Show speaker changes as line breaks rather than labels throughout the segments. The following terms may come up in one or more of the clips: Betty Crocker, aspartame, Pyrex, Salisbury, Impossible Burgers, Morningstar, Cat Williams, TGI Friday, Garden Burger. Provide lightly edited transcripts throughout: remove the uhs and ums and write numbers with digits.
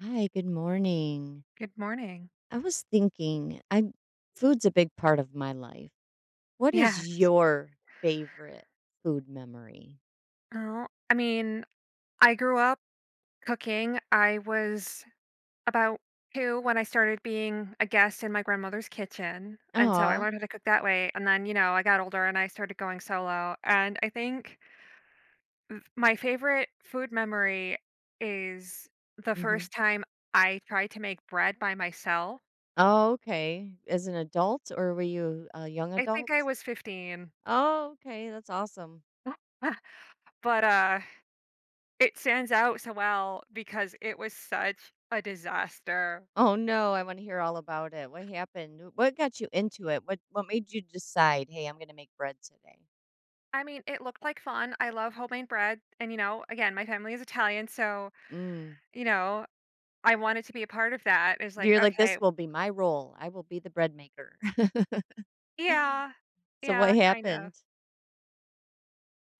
Hi, good morning.
Good morning.
I was thinking, I food's a big part of my life. What is
Yes.
your favorite food memory?
Oh, I mean, I grew up cooking. I was about two when I started being a guest in my grandmother's kitchen. And so I
Aw,
learned how to cook that way. And then, you know, I got older and I started going solo. And I think my favorite food memory is the
hmm.
first time I tried to make bread by myself.
Oh, okay. As an adult, or were you a young
I
adult?
think I was 15.
Oh, okay. That's awesome.
But it stands out so well because it was such a disaster.
Oh no, I want to hear all about it. What happened? What got you into it? What made you decide? Hey, I'm going to make bread today.
I mean, it looked like fun. I love homemade bread. And, you know, again, my family is Italian. So,
Mm.
you know, I wanted to be a part of that. It's like,
You're like, this
okay,
will be my role. I will be the bread maker.
yeah,
So what
yeah, kind of.
happened?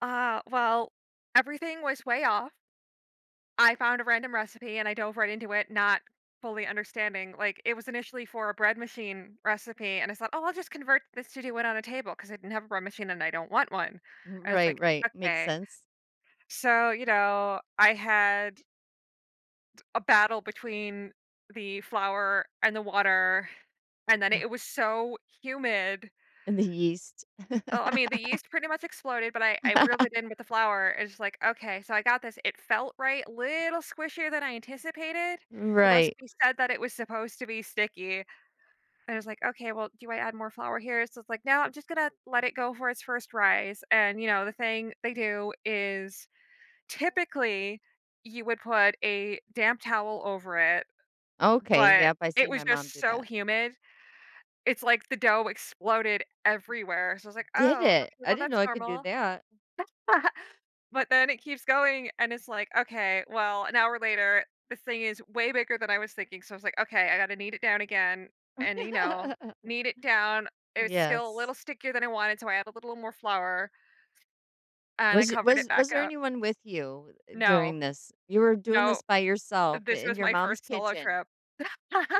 Well, everything was way off. I found a random recipe and I dove right into it, not fully understanding. Like, it was initially for a bread machine recipe. And I thought, oh, I'll just convert this to do it on a table because I didn't have a bread machine and I don't want one. And it's
Right,
like,
right. Makes
okay.
sense.
So, you know, I had a battle between the flour and the water, and then it was so humid.
And the yeast.
Oh, I mean, the yeast pretty much exploded, but I reeled it in with the flour. It's just like, "Okay, so I got this." It felt right, little squishier than I anticipated. The
Right.
recipe said that it was supposed to be sticky, and I was like, "Okay, well, do I add more flour here?" So it's like, "No, I'm just gonna let it go for its first rise." And, you know, the thing they do is typically you would put a damp towel over it.
Okay.
But
Yep. I
it
seen
was
my mom
just
do
so
that.
humid. It's like the dough exploded everywhere. So I was like,
Did
"Oh,
it?
okay,
I
well,
didn't know
that's
I could do
normal."
that.
But then it keeps going, and it's like, "Okay, well, an hour later, this thing is way bigger than I was thinking." So I was like, "Okay, I gotta knead it down again," and, you know, knead it down. It was still a
Yes.
little stickier than I wanted, so I added a little more flour, and I
Was y-
covered it
was
back
was there
up.
anyone with you
No,
during this? You were doing this
no,
by yourself
this
in
was
your
my
mom's
first solo
kitchen.
trip.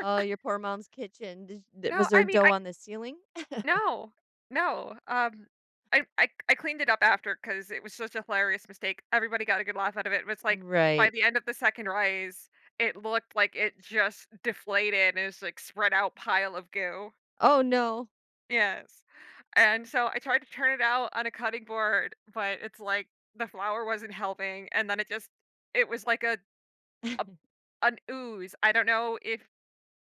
Oh, your poor mom's kitchen. Was
No,
there
I mean,
dough
I
on the ceiling?
No, no, I cleaned it up after because it was such a hilarious mistake, everybody got a good laugh out of it. It was, like, by
Right.
the end of the second rise, it looked like it just deflated and it's, like, spread out pile of goo.
Oh no.
Yes, and so I tried to turn it out on a cutting board, but it's, like, the flour wasn't helping, and then it just it was like a an ooze. I don't know if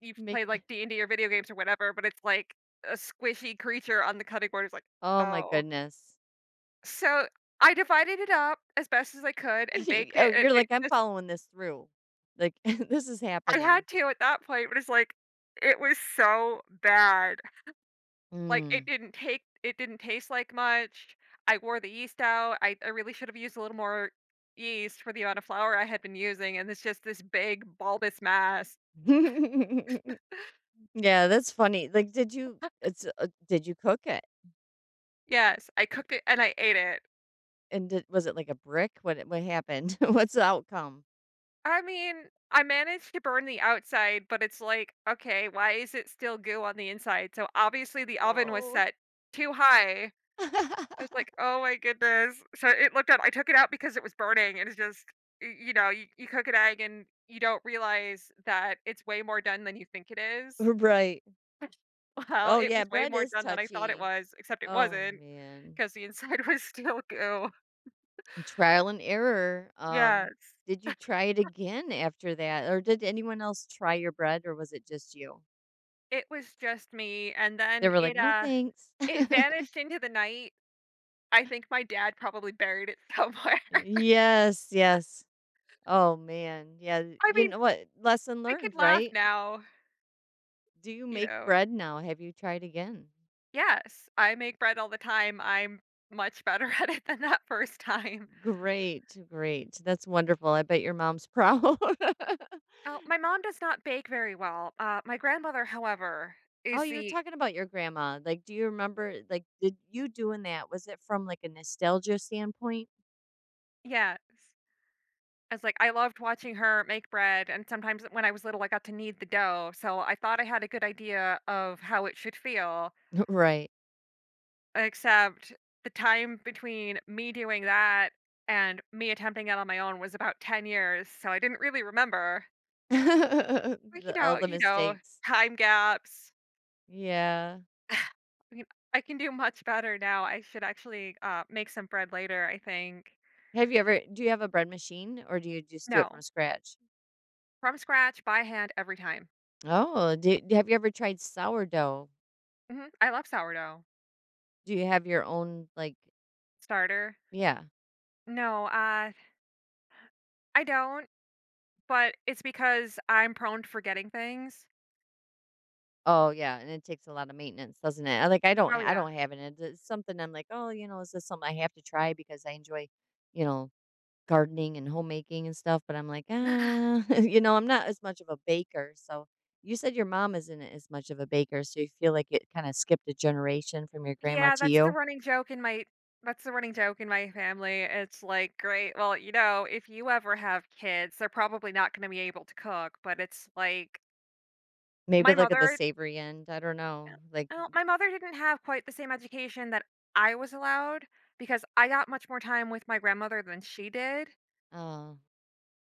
you've played,
Make.
like, D&D or video games or whatever, but it's, like, a squishy creature on the cutting board. It's like,
Oh my
"Oh."
goodness.
So, I divided it up as best as I could and
Y
baked
oh,
it, and
you're
it
like, "I'm
just
following this through. Like, this is
I
happening."
had to at that point, but it's like, it was so bad. Like,
Mm.
it didn't taste like much. I wore the yeast out. I really should have used a little more yeast for the amount of flour I had been using, and it's just this big bulbous mass.
Yeah, that's funny. Like, did you cook it?
Yes, I cooked it and I ate it.
And did was it like a brick? What happened? What's the outcome?
I mean, I managed to burn the outside, but it's like, okay, why is it still goo on the inside? So, obviously, the oven was
No.
set too high. I was like, "Oh my goodness." So it looked up I took it out because it was burning and it's just y you know, you cook an egg and you don't realize that it's way more done than you think it is.
Right.
Well,
Oh,
it
yeah,
was way
bread
more
is
done than I thought it
touchy.
was, except it
Oh,
wasn't not
man.
because the inside was still goo.
And trial and error.
Yes.
Did you try it again after that? Or did anyone else try your bread, or was it just you?
It was just me, and
They
then
were like,
it,
"No,
uh
thanks."
it vanished into the night. I think my dad probably buried it somewhere.
Yes, yes. Oh man. Yeah,
I
you
mean,
know what? Lesson
I could
learned,
laugh
right?
now,
Do you
you
make
know.
bread now? Have you tried again?
Yes, I make bread all the time. I'm much better at it than that first time.
Great, great. That's wonderful. I bet your mom's proud.
Oh, my mom does not bake very well. Uh, my grandmother, however,
Oh,
is
you were
the
talking about your grandma. Like, do you remember, like, did you doing that? Was it from like a nostalgia standpoint?
Yes. It's like, I loved watching her make bread, and sometimes when I was little, I got to knead the dough, so I thought I had a good idea of how it should feel,
Right.
except the time between me doing that and me attempting it on my own was about 10 years, so I didn't really remember. you
The, all
know
the
you know,
mistakes.
Time gaps.
Yeah.
I mean, I can do much better now. I should actually make some bread later, I think.
Have you ever, do you have a bread machine or do you just do it from
No,
scratch?
from scratch, by hand, every time.
Oh, do, have you ever tried sourdough?
Hmm I love sourdough
Do you have your own, like,
starter.
yeah.
No, I don't, but it's because I'm prone to forgetting things.
Oh, yeah, and it takes a lot of maintenance, doesn't it? I like, I don't
Oh,
I
yeah.
don't have it, and it's something I'm like, "Oh, you know, is this something I have to try because I enjoy, you know, gardening and homemaking and stuff," but I'm like, "Ah," you know, I'm not as much of a baker, so you said your mom isn't as much of a baker, so you feel like it kinda skipped a generation from your grandma
yeah,
to
that's the
you?
running joke in my. That's the running joke in my family. It's like, great. Well, you know, if you ever have kids, they're probably not going to be able to cook, but it's like
Maybe
my
look at the
mother
savory end, I don't
Uh,
know, like,
well, my mother didn't have quite the same education that I was allowed because I got much more time with my grandmother than she did.
oh.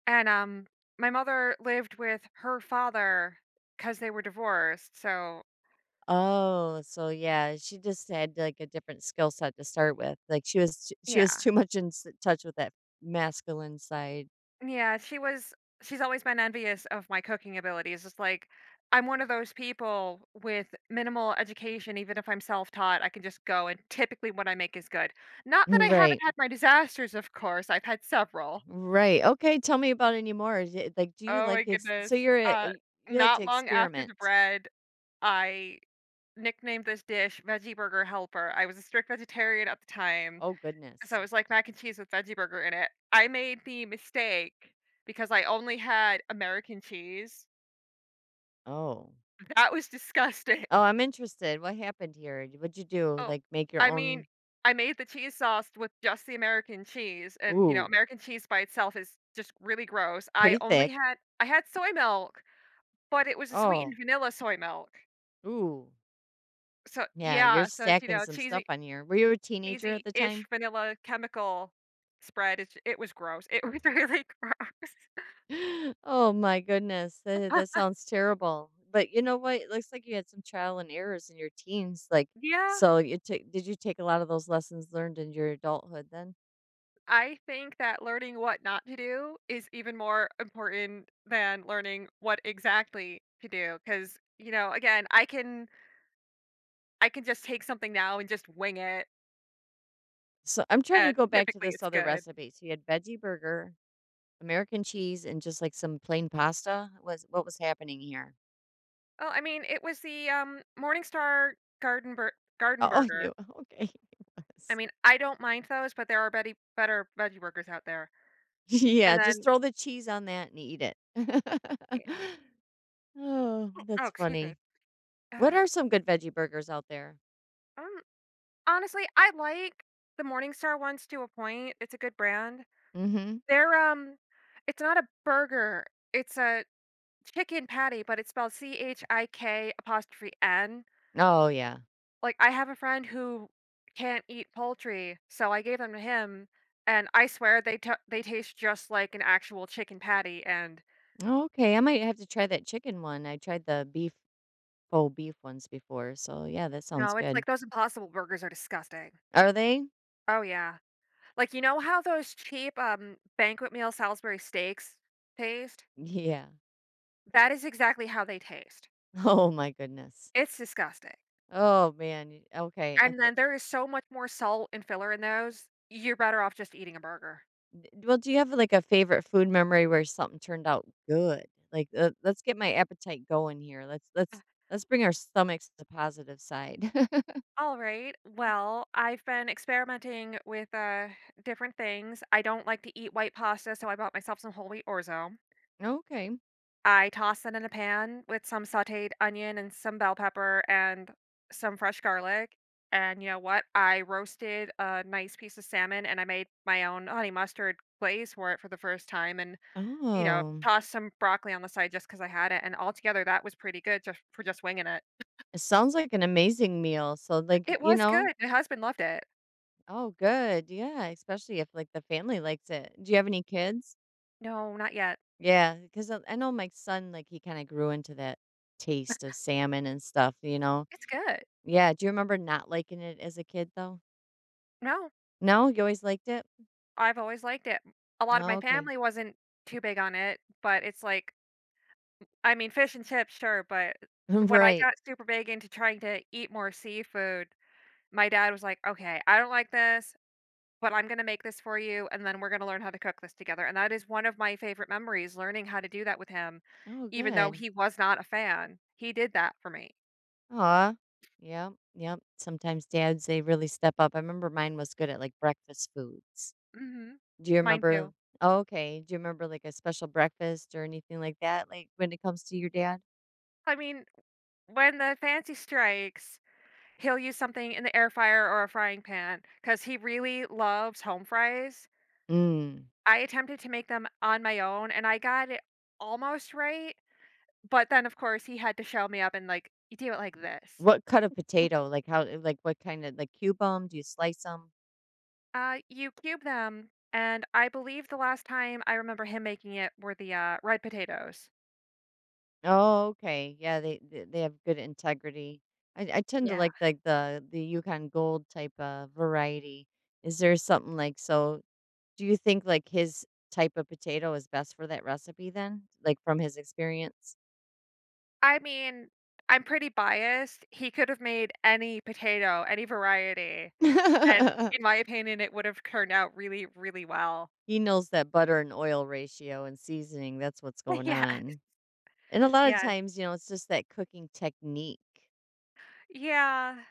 And my mother lived with her father cuz they were divorced. So,
Oh, so yeah, she just had like a different skill set to start with. Like she was
yeah.
too much in s- touch with that masculine side.
Yeah, she's always been envious of my cooking abilities. It's like I'm one of those people with minimal education. Even if I'm self-taught, I can just go and typically what I make is good. Not that
Mm,
I haven't
right.
had my disasters, of course. I've had several.
Right. Okay, tell me about any more. Is it- Like do you
Oh my
like ex- so
goodness.
you're
Uh,
you like to
not long after
experiment.
the bread, I nicknamed this dish Veggie Burger Helper. I was a strict vegetarian at the time,
Oh
so
goodness.
it was like mac and cheese with veggie burger in it. I made the mistake because I only had American cheese.
Oh.
That was disgusting.
Oh, I'm interested. What happened here? What'd you do?
Oh,
Like make your
I mean,
own.
I made the cheese sauce with just the American cheese, and you know,
Ooh,
American cheese by itself is just really gross.
pretty thick.
I had soy milk, but it was a sweetened
Oh.
vanilla soy milk.
Ooh.
So
Yeah, you're
yeah, so it's, you
stacking
know,
some stuff on here. Were you a teenager at the
cheesy-ish
time?
vanilla chemical spread. It was gross. It was really gross.
Oh my goodness, that, that sounds terrible. But you know what? It looks like you had some trial and errors in your teens. Like,
Yeah,
so you took, did you take a lot of those lessons learned in your adulthood then?
I think that learning what not to do is even more important than learning what exactly to do. Because you know, again, I can just take something now and just wing it,
So I'm trying to
and
go back to
typically
this
it's
other
good.
recipe. So you had veggie burger, American cheese, and just like some plain pasta. Was what was happening here?
Oh, I mean, it was the, Morningstar Garden Bur Garden
Oh, I
Burger.
knew. Okay, it
I
was.
mean, I don't mind those, but there are better veggie burgers out there.
Yeah,
And
just
then
throw the cheese on that and eat it.
yeah.
Oh,
Oh,
that's
excuse me.
funny. What
Ugh,
are some good veggie burgers out there?
um, honestly, I like the Morningstar ones to a point. It's a good brand.
Hmm.
They're, um it's not a burger, it's a chicken patty, but it's spelled Chik apostrophe N.
Oh, yeah.
Like, I have a friend who can't eat poultry, so I gave them to him, and I swear they taste just like an actual chicken patty, and
Oh, okay. I might have to try that chicken one. I tried the beef, faux beef ones before. So, yeah, that sounds
no, it's
good.
like those Impossible Burgers are disgusting.
Are they?
Oh, yeah. Like, you know how those cheap, banquet meal Salisbury steaks taste?
Yeah.
That is exactly how they taste.
Oh, my goodness.
It's disgusting.
Oh, man. Y- Okay. I
And
th-
then there is so much more salt and filler in those, you're better off just eating a burger.
d- Well, do you have like a favorite food memory where something turned out good? Like, let's get my appetite going here. Let's bring our stomachs to the positive side.
All right. Well, I've been experimenting with, different things. I don't like to eat white pasta, so I bought myself some whole wheat orzo.
Okay.
I toss it in a pan with some sauteed onion and some bell pepper and some fresh garlic. And you know what? I roasted a nice piece of salmon and I made my own honey mustard glaze for it for the first time and, you know,
Oh,
tossed some broccoli on the side just because I had it. And altogether, that was pretty good just for just winging it.
it sounds like an amazing meal. So, like,
It
you
was
know,
good. My husband loved it.
oh, good. Yeah, especially if like the family likes it. Do you have any kids?
No, not yet.
Yeah, because I know my son, like he kind of grew into that taste of salmon and stuff, you know?
It's good.
Yeah. Do you remember not liking it as a kid though?
No,
No, you always liked it?
I've always liked it. A lot of
Oh,
my
okay.
family wasn't too big on it, but it's like I mean, fish and chips, sure, but when I
Right.
got super big into trying to eat more seafood, my dad was like, "Okay, I don't like this, but I'm gonna make this for you, and then we're gonna learn how to cook this together." And that is one of my favorite memories, learning how to do that with him,
Oh,
even though
good.
he was not a fan. He did that for me.
Aw. Yep. Yep. Sometimes dads, they really step up. I remember mine was good at like breakfast foods.
Mhm.
Do you
Mine too.
remember? Oh, okay. Do you remember like a special breakfast or anything like that, like when it comes to your dad?
I mean, when the fancy strikes, he'll use something in the air fryer or a frying pan 'cause he really loves home fries.
Mm.
I attempted to make them on my own, and I got it almost right, but then, of course, he had to shell me up and, like, "You do it like this.
What cut of potato? Like, how like, what kind of like, cube them? Do you slice them?
You cube them," and I believe the last time I remember him making it were the, red potatoes.
Oh, okay. Yeah, they have good integrity. I tend to
Yeah.
like, the Yukon Gold type of variety. Is there something like so do you think, like, his type of potato is best for that recipe then? Like, from his experience?
I mean, I'm pretty biased. He could have made any potato, any variety, and in my opinion, it would have turned out really, really well.
He knows that butter and oil ratio and seasoning, that's what's going
Yeah.
on. And a lot of
Yeah.
times, you know, it's just that cooking technique.
Yeah.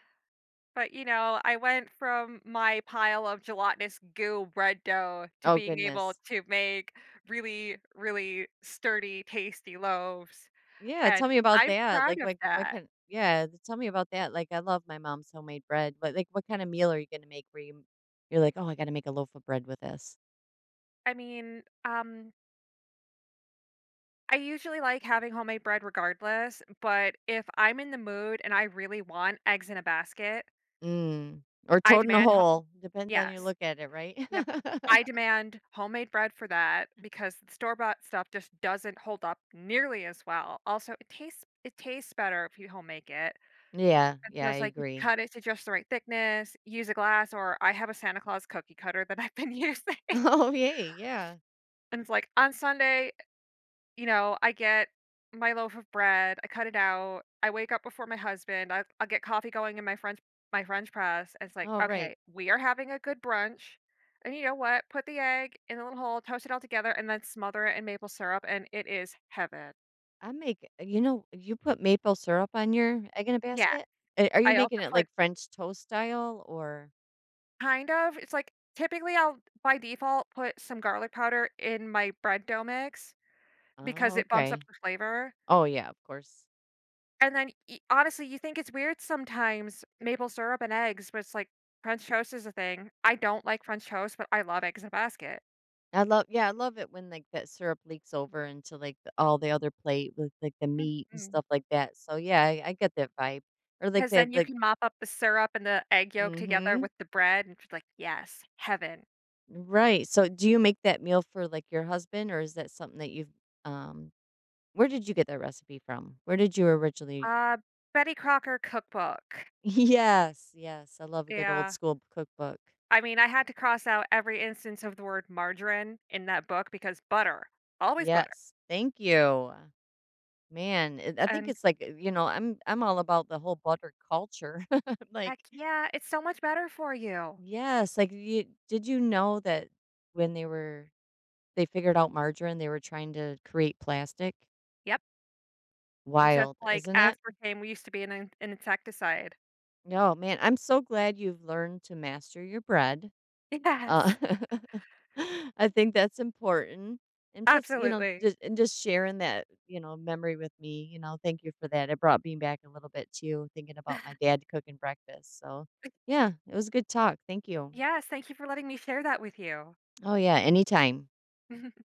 But, you know, I went from my pile of gelatinous goo bread dough to
Oh,
being able
goodness.
to make really, really sturdy, tasty loaves,
Yeah,
and
tell me about
I'm
that.
proud
Like,
of
what
that.
kind? Yeah, tell me about that. Like, I love my mom's homemade bread, but like, what kind of meal are you gonna make where you you're like, oh, I gotta make a loaf of bread with this,
I mean, I usually like having homemade bread regardless, but if I'm in the mood and I really want eggs in a basket,
mm. Or
I
toting a
demand ho
hole. Depends on you
Yes.
look at it, right?
Yep. I demand homemade bread for that because the store-bought stuff just doesn't hold up nearly as well. Also, it tastes better if you homemade it.
Yeah,
And
yeah,
so
I
it's like you
agree.
cut it to just the right thickness, use a glass, or I have a Santa Claus cookie cutter that I've been using.
Oh, yay, yeah.
And it's like on Sunday you know, I get my loaf of bread, I cut it out, I wake up before my husband, I'll get coffee going in my French press. And it's like,
All right.
okay, we are having a good brunch. And you know what? Put the egg in a little hole, toast it all together, and then smother it in maple syrup, and it is heaven.
I make you know you put maple syrup on your egg in a
Yeah.
basket. A- Are you
I also
making it
put
like French toast style or?
kind of, it's like typically I'll by default put some garlic powder in my bread dough mix because
Oh,
it bumps up
okay.
the flavor.
Oh yeah, of course.
And then, y honestly, you think it's weird sometimes, maple syrup and eggs, but it's like French toast is a thing. I don't like French toast, but I love eggs in a basket.
I love yeah, I love it when, like, that syrup leaks over into, like, the all the other plate with, like, the meat and
Because
stuff like that, so, yeah, I get that vibe, or, like,
then
that,
you
like
can mop up the syrup and the egg
mm
yolk together
mhm,
with the bread, and it's like, yes, heaven.
right, so, do you make that meal for, like, your husband, or is that something that you've, um where did you get that recipe from? Where did you originally
Uh, Betty Crocker cookbook.
Yes, yes, I love a good old
Yeah.
school cookbook.
I mean, I had to cross out every instance of the word margarine in that book because butter, always butter,
Yes, thank you. Man, it I think
and
it's like, you know, I'm all about the whole butter culture, like,
heck yeah, it's so much better for you.
yes, like, you did you know that when they were they figured out margarine, they were trying to create plastic?
Yep. And just
Wild,
like
isn't it?
aspartame we used to be an insecticide.
No, man, I'm so glad you've learned to master your bread. Uh,
Yes.
I think that's important, and plus, you know,
Absolutely.
just sharing that, you know, memory with me, you know, thank you for that. It brought me back a little bit too, thinking about my dad cooking breakfast, so, yeah, it was a good talk, thank you.
Yes, thank you for letting me share that with you.
Oh, yeah, anytime.